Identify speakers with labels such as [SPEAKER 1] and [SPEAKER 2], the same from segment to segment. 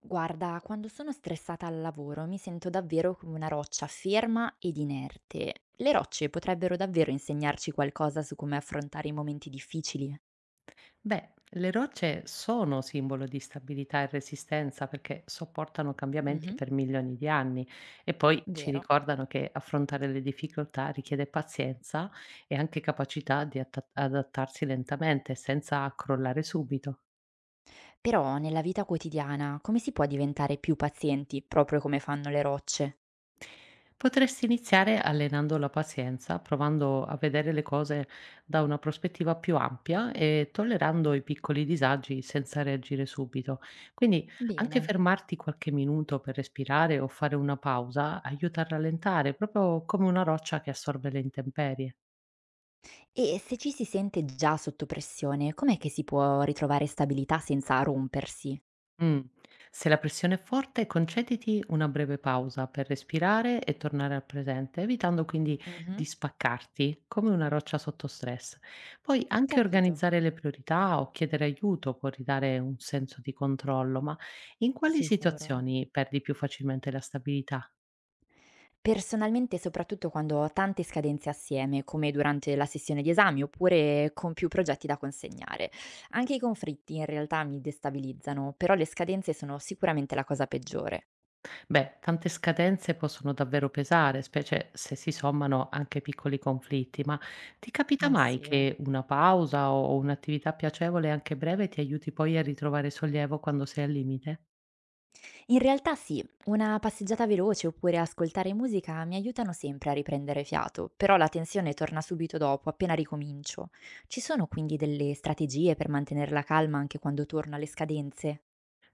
[SPEAKER 1] Guarda, quando sono stressata al lavoro mi sento davvero come una roccia ferma ed inerte. Le rocce potrebbero davvero insegnarci qualcosa su come affrontare i momenti difficili.
[SPEAKER 2] Beh, le rocce sono simbolo di stabilità e resistenza perché sopportano cambiamenti
[SPEAKER 1] Mhm,
[SPEAKER 2] per milioni di anni e poi ci
[SPEAKER 1] vero.
[SPEAKER 2] ricordano che affrontare le difficoltà richiede pazienza e anche capacità di adattarsi lentamente senza crollare subito.
[SPEAKER 1] Però nella vita quotidiana come si può diventare più pazienti, proprio come fanno le rocce?
[SPEAKER 2] Potresti iniziare allenando la pazienza, provando a vedere le cose da una prospettiva più ampia e tollerando i piccoli disagi senza reagire subito. Quindi anche
[SPEAKER 1] Bene.
[SPEAKER 2] fermarti qualche minuto per respirare o fare una pausa aiuta a rallentare, proprio come una roccia che assorbe le intemperie.
[SPEAKER 1] E se ci si sente già sotto pressione, com'è che si può ritrovare stabilità senza rompersi?
[SPEAKER 2] Mh. Se la pressione è forte, concediti una breve pausa per respirare e tornare al presente, evitando quindi
[SPEAKER 1] Mhm,
[SPEAKER 2] di spaccarti come una roccia sotto stress. Poi anche
[SPEAKER 1] capito.
[SPEAKER 2] organizzare le priorità o chiedere aiuto può ridare un senso di controllo, ma in quali
[SPEAKER 1] Sicuro.
[SPEAKER 2] situazioni perdi più facilmente la stabilità?
[SPEAKER 1] Personalmente, soprattutto quando ho tante scadenze assieme, come durante la sessione di esami oppure con più progetti da consegnare. Anche i conflitti in realtà mi destabilizzano, però le scadenze sono sicuramente la cosa peggiore.
[SPEAKER 2] Beh, tante scadenze possono davvero pesare, specie se si sommano anche piccoli conflitti, ma ti capita
[SPEAKER 1] Eh
[SPEAKER 2] mai
[SPEAKER 1] sì, eh.
[SPEAKER 2] che una pausa o un'attività piacevole, anche breve, ti aiuti poi a ritrovare sollievo quando sei al limite?
[SPEAKER 1] In realtà sì, una passeggiata veloce oppure ascoltare musica mi aiutano sempre a riprendere fiato, però la tensione torna subito dopo, appena ricomincio. Ci sono quindi delle strategie per mantenere la calma anche quando torno alle scadenze?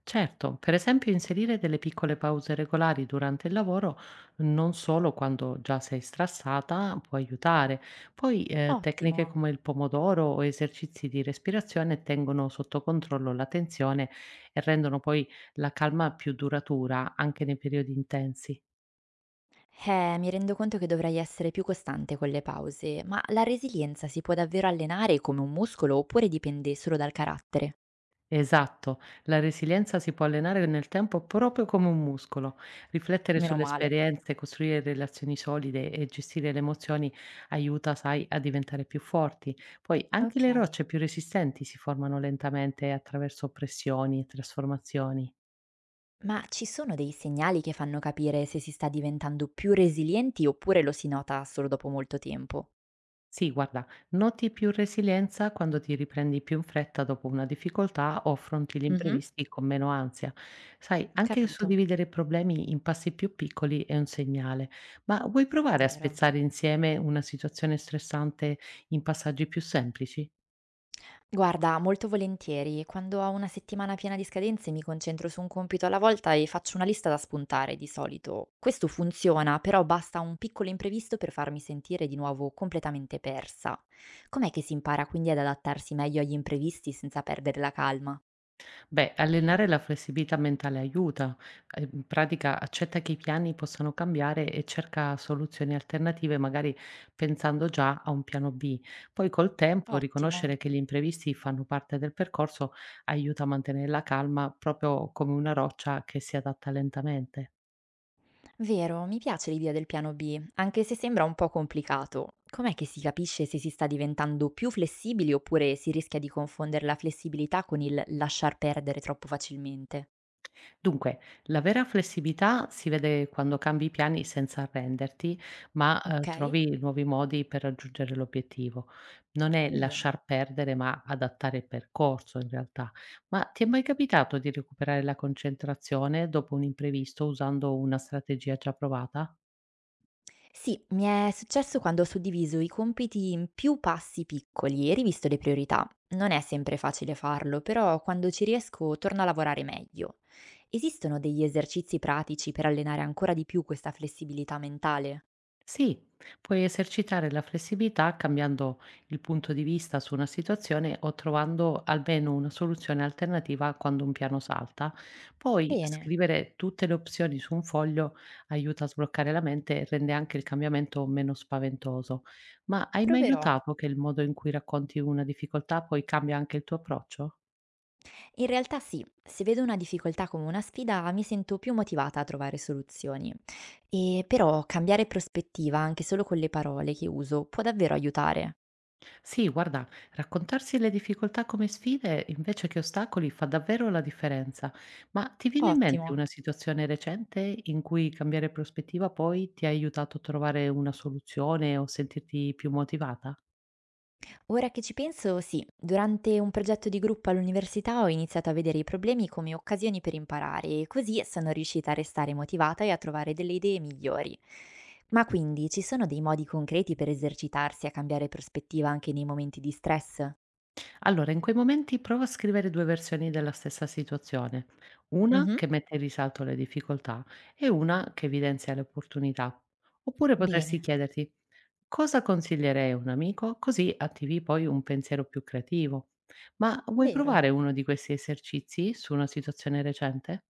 [SPEAKER 2] Certo, per esempio inserire delle piccole pause regolari durante il lavoro, non solo quando già sei strassata, può aiutare. Poi tecniche
[SPEAKER 1] Ottimo.
[SPEAKER 2] come il pomodoro o esercizi di respirazione tengono sotto controllo la tensione e rendono poi la calma più duratura anche nei periodi intensi.
[SPEAKER 1] Mi rendo conto che dovrei essere più costante con le pause, ma la resilienza si può davvero allenare come un muscolo oppure dipende solo dal carattere?
[SPEAKER 2] Esatto, la resilienza si può allenare nel tempo proprio come un muscolo. Riflettere
[SPEAKER 1] Meno
[SPEAKER 2] sulle
[SPEAKER 1] male.
[SPEAKER 2] esperienze, costruire relazioni solide e gestire le emozioni aiuta, sai, a diventare più forti. Poi anche
[SPEAKER 1] Ok.
[SPEAKER 2] le rocce più resistenti si formano lentamente attraverso pressioni e trasformazioni.
[SPEAKER 1] Ma ci sono dei segnali che fanno capire se si sta diventando più resilienti oppure lo si nota solo dopo molto tempo?
[SPEAKER 2] Sì, guarda, noti più resilienza quando ti riprendi più in fretta dopo una difficoltà o affronti gli
[SPEAKER 1] Mhm,
[SPEAKER 2] imprevisti con meno ansia. Sai, anche
[SPEAKER 1] capito,
[SPEAKER 2] suddividere problemi in passi più piccoli è un segnale, ma vuoi provare a
[SPEAKER 1] vero.
[SPEAKER 2] spezzare insieme una situazione stressante in passaggi più semplici?
[SPEAKER 1] Guarda, molto volentieri. Quando ho una settimana piena di scadenze mi concentro su un compito alla volta e faccio una lista da spuntare di solito. Questo funziona, però basta un piccolo imprevisto per farmi sentire di nuovo completamente persa. Com'è che si impara quindi ad adattarsi meglio agli imprevisti senza perdere la calma?
[SPEAKER 2] Beh, allenare la flessibilità mentale aiuta. In pratica accetta che i piani possano cambiare e cerca soluzioni alternative, magari pensando già a un piano B. Poi col tempo
[SPEAKER 1] Ottimo.
[SPEAKER 2] riconoscere che gli imprevisti fanno parte del percorso aiuta a mantenere la calma, proprio come una roccia che si adatta lentamente.
[SPEAKER 1] Vero, mi piace l'idea del piano B, anche se sembra un po' complicato. Com'è che si capisce se si sta diventando più flessibili oppure si rischia di confondere la flessibilità con il lasciar perdere troppo facilmente?
[SPEAKER 2] Dunque, la vera flessibilità si vede quando cambi i piani senza arrenderti, ma,
[SPEAKER 1] Okay,
[SPEAKER 2] trovi nuovi modi per raggiungere l'obiettivo. Non è
[SPEAKER 1] bene.
[SPEAKER 2] lasciar perdere, ma adattare il percorso in realtà. Ma ti è mai capitato di recuperare la concentrazione dopo un imprevisto usando una strategia già provata?
[SPEAKER 1] Sì, mi è successo quando ho suddiviso i compiti in più passi piccoli e rivisto le priorità. Non è sempre facile farlo, però quando ci riesco torno a lavorare meglio. Esistono degli esercizi pratici per allenare ancora di più questa flessibilità mentale?
[SPEAKER 2] Sì, puoi esercitare la flessibilità cambiando il punto di vista su una situazione o trovando almeno una soluzione alternativa quando un piano salta. Poi
[SPEAKER 1] Bene,
[SPEAKER 2] scrivere tutte le opzioni su un foglio aiuta a sbloccare la mente e rende anche il cambiamento meno spaventoso. Ma hai mai
[SPEAKER 1] proverò.
[SPEAKER 2] notato che il modo in cui racconti una difficoltà poi cambia anche il tuo approccio?
[SPEAKER 1] In realtà sì, se vedo una difficoltà come una sfida mi sento più motivata a trovare soluzioni. E però cambiare prospettiva anche solo con le parole che uso può davvero aiutare.
[SPEAKER 2] Sì, guarda, raccontarsi le difficoltà come sfide invece che ostacoli fa davvero la differenza. Ma ti viene in mente
[SPEAKER 1] Ottimo.
[SPEAKER 2] una situazione recente in cui cambiare prospettiva poi ti ha aiutato a trovare una soluzione o sentirti più motivata?
[SPEAKER 1] Ora che ci penso, sì, durante un progetto di gruppo all'università ho iniziato a vedere i problemi come occasioni per imparare e così sono riuscita a restare motivata e a trovare delle idee migliori. Ma quindi ci sono dei modi concreti per esercitarsi a cambiare prospettiva anche nei momenti di stress?
[SPEAKER 2] Allora, in quei momenti provo a scrivere 2 versioni della stessa situazione, una
[SPEAKER 1] Mhm,
[SPEAKER 2] che mette in risalto le difficoltà e una che evidenzia le opportunità. Oppure potresti
[SPEAKER 1] bene,
[SPEAKER 2] chiederti: "Cosa consiglierei a un amico?" Così attivi poi un pensiero più creativo. Ma vuoi
[SPEAKER 1] vero.
[SPEAKER 2] provare uno di questi esercizi su una situazione recente?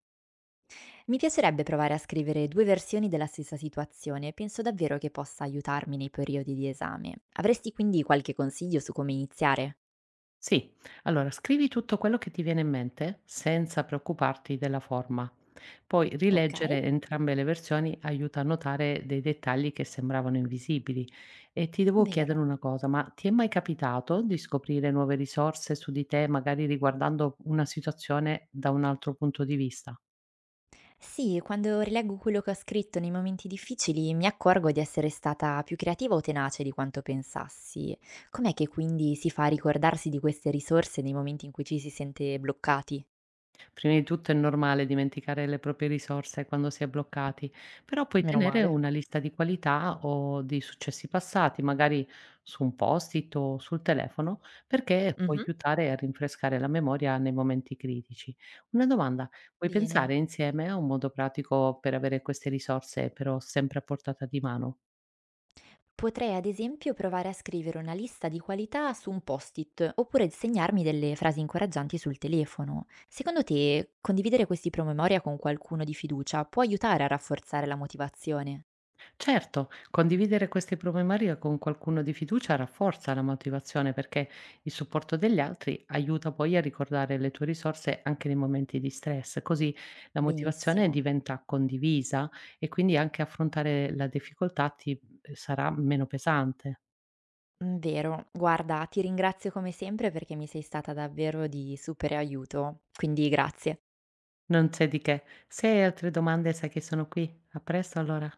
[SPEAKER 1] Mi piacerebbe provare a scrivere due versioni della stessa situazione, penso davvero che possa aiutarmi nei periodi di esame. Avresti quindi qualche consiglio su come iniziare?
[SPEAKER 2] Sì, allora scrivi tutto quello che ti viene in mente senza preoccuparti della forma. Poi
[SPEAKER 1] Ok,
[SPEAKER 2] rileggere entrambe le versioni aiuta a notare dei dettagli che sembravano invisibili. E ti devo chiedere
[SPEAKER 1] vero.
[SPEAKER 2] una cosa, ma ti è mai capitato di scoprire nuove risorse su di te, magari riguardando una situazione da un altro punto di vista?
[SPEAKER 1] Sì, quando rileggo quello che ho scritto nei momenti difficili mi accorgo di essere stata più creativa o tenace di quanto pensassi. Com'è che quindi si fa a ricordarsi di queste risorse nei momenti in cui ci si sente bloccati?
[SPEAKER 2] Prima di tutto è normale dimenticare le proprie risorse quando si è bloccati, però puoi
[SPEAKER 1] Meno
[SPEAKER 2] tenere
[SPEAKER 1] male.
[SPEAKER 2] una lista di qualità o di successi passati, magari su un post-it o sul telefono, perché può
[SPEAKER 1] Mhm.
[SPEAKER 2] aiutare a rinfrescare la memoria nei momenti critici. Una domanda, vuoi
[SPEAKER 1] Bene.
[SPEAKER 2] pensare insieme a un modo pratico per avere queste risorse però sempre a portata di mano?
[SPEAKER 1] Potrei ad esempio provare a scrivere una lista di qualità su un post-it oppure segnarmi delle frasi incoraggianti sul telefono. Secondo te, condividere questi promemoria con qualcuno di fiducia può aiutare a rafforzare la motivazione?
[SPEAKER 2] Certo, condividere queste problematiche con qualcuno di fiducia rafforza la motivazione perché il supporto degli altri aiuta poi a ricordare le tue risorse anche nei momenti di stress, così la motivazione
[SPEAKER 1] Benissimo.
[SPEAKER 2] diventa condivisa e quindi anche affrontare la difficoltà ti sarà meno pesante.
[SPEAKER 1] Vero. Guarda, ti ringrazio come sempre perché mi sei stata davvero di super aiuto, quindi grazie.
[SPEAKER 2] Non c'è di che. Se hai altre domande, sai che sono qui. A presto allora.